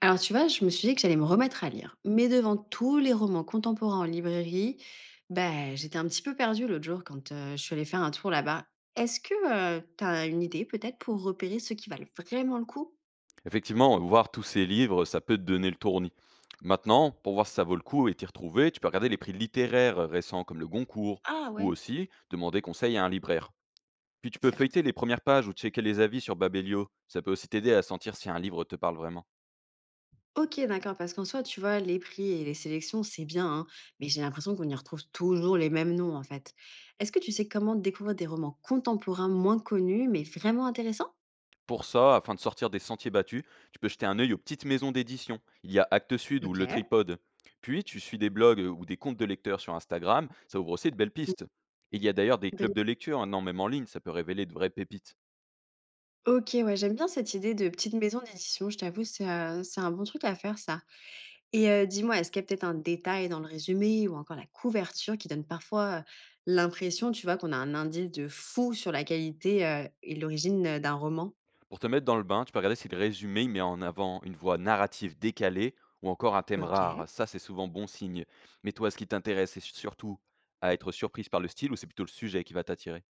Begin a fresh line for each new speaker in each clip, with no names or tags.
Alors tu vois, je me suis dit que j'allais me remettre à lire. Mais devant tous les romans contemporains en librairie, bah, j'étais un petit peu perdue l'autre jour quand je suis allée faire un tour là-bas. Est-ce que tu as une idée peut-être pour repérer ceux qui valent vraiment le coup?
Effectivement, voir tous ces livres, ça peut te donner le tournis. Maintenant, pour voir si ça vaut le coup et t'y retrouver, tu peux regarder les prix littéraires récents comme le Goncourt
Ah
ou
ouais,
aussi demander conseil à un libraire. Puis tu peux
certes.
feuilleter les premières pages ou checker les avis sur Babelio. Ça peut aussi t'aider à sentir si un livre te parle vraiment.
Ok, d'accord, parce qu'en soi, tu vois, les prix et les sélections, c'est bien, hein, mais j'ai l'impression qu'on y retrouve toujours les mêmes noms en fait. Est-ce que tu sais comment découvrir des romans contemporains moins connus, mais vraiment intéressants?
Pour ça, afin de sortir des sentiers battus, tu peux jeter un œil aux petites maisons d'édition. Il y a Actes Sud ou
Ok.
Le Tripode. Puis tu suis des blogs ou des comptes de lecteurs sur Instagram, ça ouvre aussi de belles
Mhm.
pistes. Il y a d'ailleurs des clubs de lecture maintenant, même en ligne, ça peut révéler de vraies pépites.
OK, ouais, j'aime bien cette idée de petite maison d'édition, je t'avoue, c'est un bon truc à faire ça. Et dis-moi, est-ce qu'il y a peut-être un détail dans le résumé ou encore la couverture qui donne parfois, l'impression, tu vois, qu'on a un indice de fou sur la qualité, et l'origine, d'un roman?
Pour te mettre dans le bain, tu peux regarder si le résumé il met en avant une voix narrative décalée ou encore un thème rare.
OK.
Ça, c'est souvent bon signe. Mais toi, ce qui t'intéresse, c'est surtout à être surprise par le style ou c'est plutôt le sujet qui va t'attirer?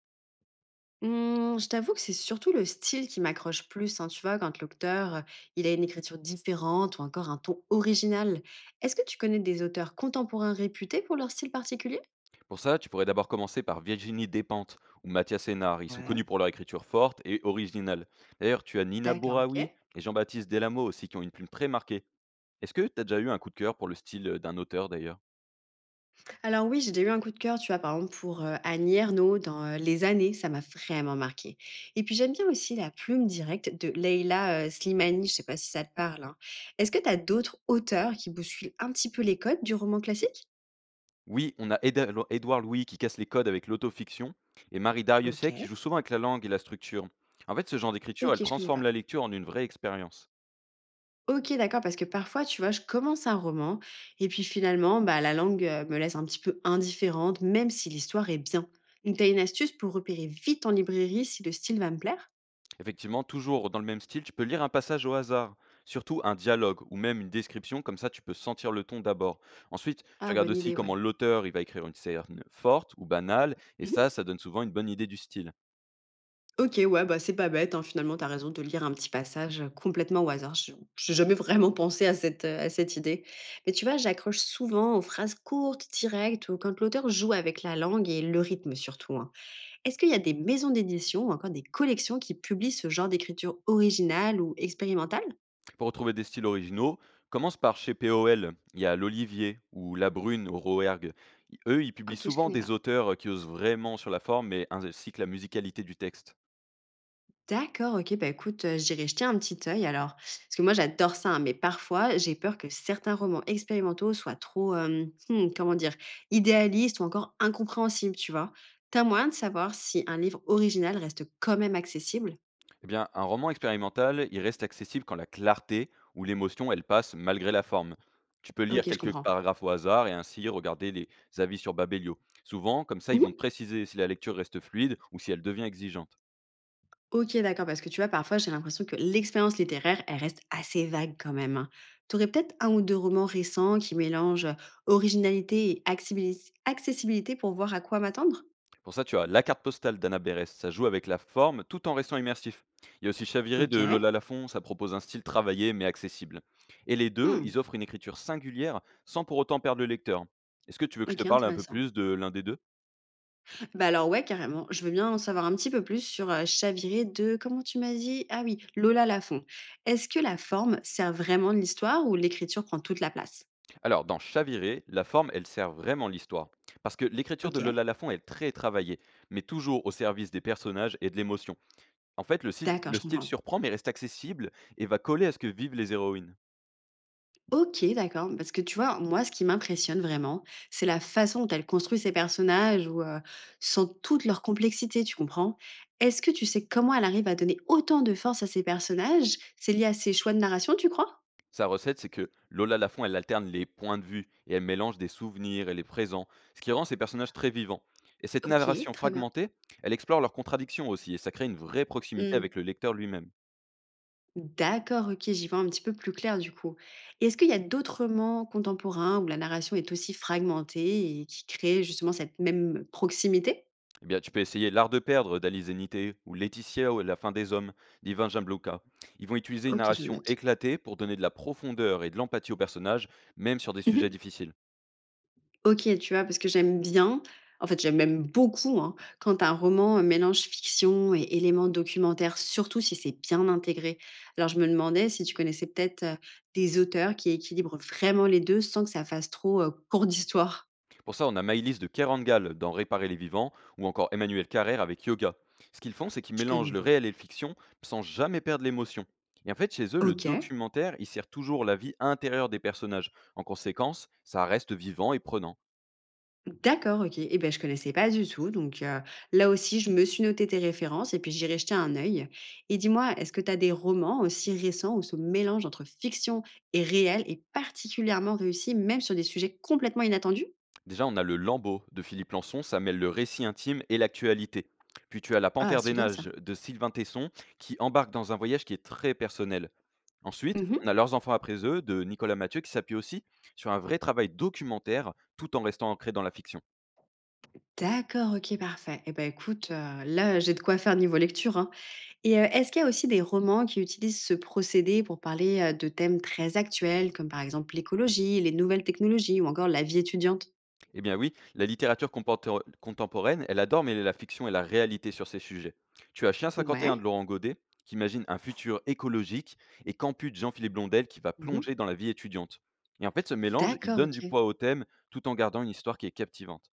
Mmh, je t'avoue que c'est surtout le style qui m'accroche plus, hein, tu vois, quand l'auteur, il a une écriture différente ou encore un ton original. Est-ce que tu connais des auteurs contemporains réputés pour leur style particulier?
Pour ça, tu pourrais d'abord commencer par Virginie Despentes ou Mathias Hénard. Ils sont
Ouais.
connus pour leur écriture forte et originale. D'ailleurs, tu as Nina
D'accord,
Bouraoui
OK.
et Jean-Baptiste Delamo aussi qui ont une plume très marquée. Est-ce que tu as déjà eu un coup de cœur pour le style d'un auteur d'ailleurs?
Alors oui, j'ai déjà eu un coup de cœur, tu vois, par exemple pour, Annie Ernaux dans, Les Années, ça m'a vraiment marqué. Et puis j'aime bien aussi la plume directe de Leïla, Slimani, je sais pas si ça te parle, hein. Est-ce que tu as d'autres auteurs qui bousculent un petit peu les codes du roman classique?
Oui, on a Éda Lo Édouard Louis qui casse les codes avec l'autofiction et Marie Darieussecq qui joue
OK.
souvent avec la langue et la structure. En fait, ce genre d'écriture,
OK,
elle
je connais
transforme
pas.
la lecture en une vraie expérience.
OK, d'accord, parce que parfois, tu vois, je commence un roman et puis finalement, bah, la langue, me laisse un petit peu indifférente, même si l'histoire est bien. Donc tu as une astuce pour repérer vite en librairie si le style va me plaire?
Effectivement, toujours dans le même style, tu peux lire un passage au hasard, surtout un dialogue ou même une description, comme ça tu peux sentir le ton d'abord. Ensuite, tu
Ah
regardes
bonne
aussi
idée, ouais.
comment l'auteur il va écrire une scène forte ou banale, et ça,
Mmh.
ça donne souvent une bonne idée du style.
OK, ouais, bah, c'est pas bête, hein, finalement, t'as raison de lire un petit passage, complètement au hasard. Je n'ai jamais vraiment pensé à à cette idée. Mais tu vois, j'accroche souvent aux phrases courtes, directes ou quand l'auteur joue avec la langue et le rythme surtout, hein. Est-ce qu'il y a des maisons d'édition ou encore des collections qui publient ce genre d'écriture originale ou expérimentale?
Pour retrouver des styles originaux, commence par chez POL. Il y a l'Olivier ou La Brune au Rouergue. Eux, ils publient
OK, je
souvent
connais pas.
des auteurs qui osent vraiment sur la forme, mais ainsi que la musicalité du texte.
D'accord, OK. Bah, écoute, j'irai jeter un petit œil alors. Parce que moi j'adore ça, hein, mais parfois j'ai peur que certains romans expérimentaux soient trop, comment dire? Idéalistes ou encore incompréhensibles, tu vois? T'as moyen de savoir si un livre original reste quand même accessible?
Eh bien, un roman expérimental, il reste accessible quand la clarté ou l'émotion, elle passe malgré la forme. Tu peux lire
OK, je
quelques
comprends.
paragraphes au hasard et ainsi regarder les avis sur Babelio. Souvent, comme ça, ils
Mmh.
vont te préciser si la lecture reste fluide ou si elle devient exigeante.
OK, d'accord, parce que tu vois, parfois j'ai l'impression que l'expérience littéraire, elle reste assez vague quand même, hein. Tu peut-être un ou 2 romans récents qui mélangent, originalité et accessibilis accessibilité pour voir à quoi m'attendre?
Pour ça, tu as la carte postale d'Anna Berès, ça joue avec la forme tout en restant immersif. Il y a aussi Chaviré de
OK.
Lola Lafont, ça propose un style travaillé mais accessible. Et les deux,
Mmh.
ils offrent une écriture singulière sans pour autant perdre le lecteur. Est-ce que tu veux que je te
OK,
parle un peu
intéressant.
plus de l'un des deux?
Bah, alors ouais, carrément. Je veux bien en savoir un petit peu plus sur, Chaviré de comment tu m'as dit? Ah oui, Lola Lafont. Est-ce que la forme sert vraiment de l'histoire ou l'écriture prend toute la place?
Alors, dans Chaviré, la forme, elle sert vraiment l'histoire. Parce que l'écriture
OK,
de Lola Lafont est très travaillée, mais toujours au service des personnages et de l'émotion. En fait, le style,
d'accord,
le
je
style
comprends.
surprend mais reste accessible et va coller à ce que vivent les héroïnes.
OK, d'accord, parce que tu vois, moi, ce qui m'impressionne vraiment, c'est la façon dont elle construit ses personnages ou sans toute leur complexité, tu comprends? Est-ce que tu sais comment elle arrive à donner autant de force à ses personnages? C'est lié à ses choix de narration, tu crois?
Sa recette, c'est que Lola Lafont, elle alterne les points de vue et elle mélange des souvenirs et les présents, ce qui rend ses personnages très vivants. Et cette
OK,
narration
très bien.
fragmentée, elle explore leurs contradictions aussi et ça crée une vraie proximité
Mmh.
avec le lecteur lui-même.
D'accord, OK, j'y vois un petit peu plus clair du coup. Et est-ce qu'il y a d'autres romans contemporains où la narration est aussi fragmentée et qui créent justement cette même proximité?
Eh bien, tu peux essayer L'Art de perdre d'Alice Zenité ou Laetitia ou La fin des hommes d'Ivan Jamblouka. Ils vont utiliser une
OK, je
narration
note.
éclatée pour donner de la profondeur et de l'empathie aux personnages, même sur des sujets
Mmh.
difficiles.
OK, tu vois? Parce que j'aime bien, en fait, j'aime même beaucoup, hein, quand un roman, mélange fiction et éléments documentaires, surtout si c'est bien intégré. Alors je me demandais si tu connaissais peut-être, des auteurs qui équilibrent vraiment les 2 sans que ça fasse trop, cours d'histoire?
Pour ça, on a Maïlis de Kerangal dans Réparer les vivants ou encore Emmanuel Carrère avec Yoga. Ce qu'ils font, c'est qu'ils
Je
mélangent
connais
le
pas.
réel et le fiction sans jamais perdre l'émotion. Et en fait, chez eux, le
OK.
documentaire, il sert toujours la vie intérieure des personnages. En conséquence, ça reste vivant et prenant.
D'accord, OK et ben, je connaissais pas du tout donc là aussi, je me suis noté tes références et puis j'irai jeter un œil. Et dis-moi, est-ce que tu as des romans aussi récents où ce mélange entre fiction et réel est particulièrement réussi, même sur des sujets complètement inattendus?
Déjà, on a le Lambeau de Philippe Lançon, ça mêle le récit intime et l'actualité. Puis tu as La
Ah,
Panthère des
c'est bien ça.
Nages de Sylvain Tesson qui embarque dans un voyage qui est très personnel. Ensuite, on a
Mmh.
Leurs enfants après eux de Nicolas Mathieu qui s'appuie aussi sur un vrai travail documentaire tout en restant ancré dans la fiction.
D'accord, OK, parfait et ben, écoute, là, j'ai de quoi faire niveau lecture, hein. Et est-ce qu'il y a aussi des romans qui utilisent ce procédé pour parler, de thèmes très actuels comme, par exemple, l'écologie, les nouvelles technologies ou encore la vie étudiante?
Eh bien oui, la contemporaine, elle adore mêler la fiction et la réalité sur ces sujets. Tu as Chien 51 de
Ouais.
Laurent Godet qui imagine un futur écologique et Campus de Jean-Philippe Blondel qui va
Mmh.
plonger dans la vie étudiante. Et en fait, ce mélange, il
D'accord,
donne du
OK.
poids au thème tout en gardant une histoire qui est captivante.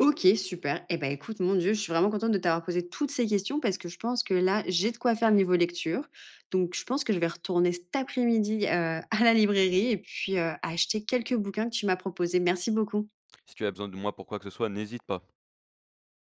OK, super. Et ben, écoute, mon Dieu, je suis vraiment contente de t'avoir posé toutes ces questions parce que je pense que là, j'ai de quoi faire niveau lecture. Donc, je pense que je vais retourner cet après-midi, à la librairie et puis, acheter quelques bouquins que tu m'as proposés. Merci beaucoup.
Si tu as besoin de moi pour quoi que ce soit, n'hésite pas.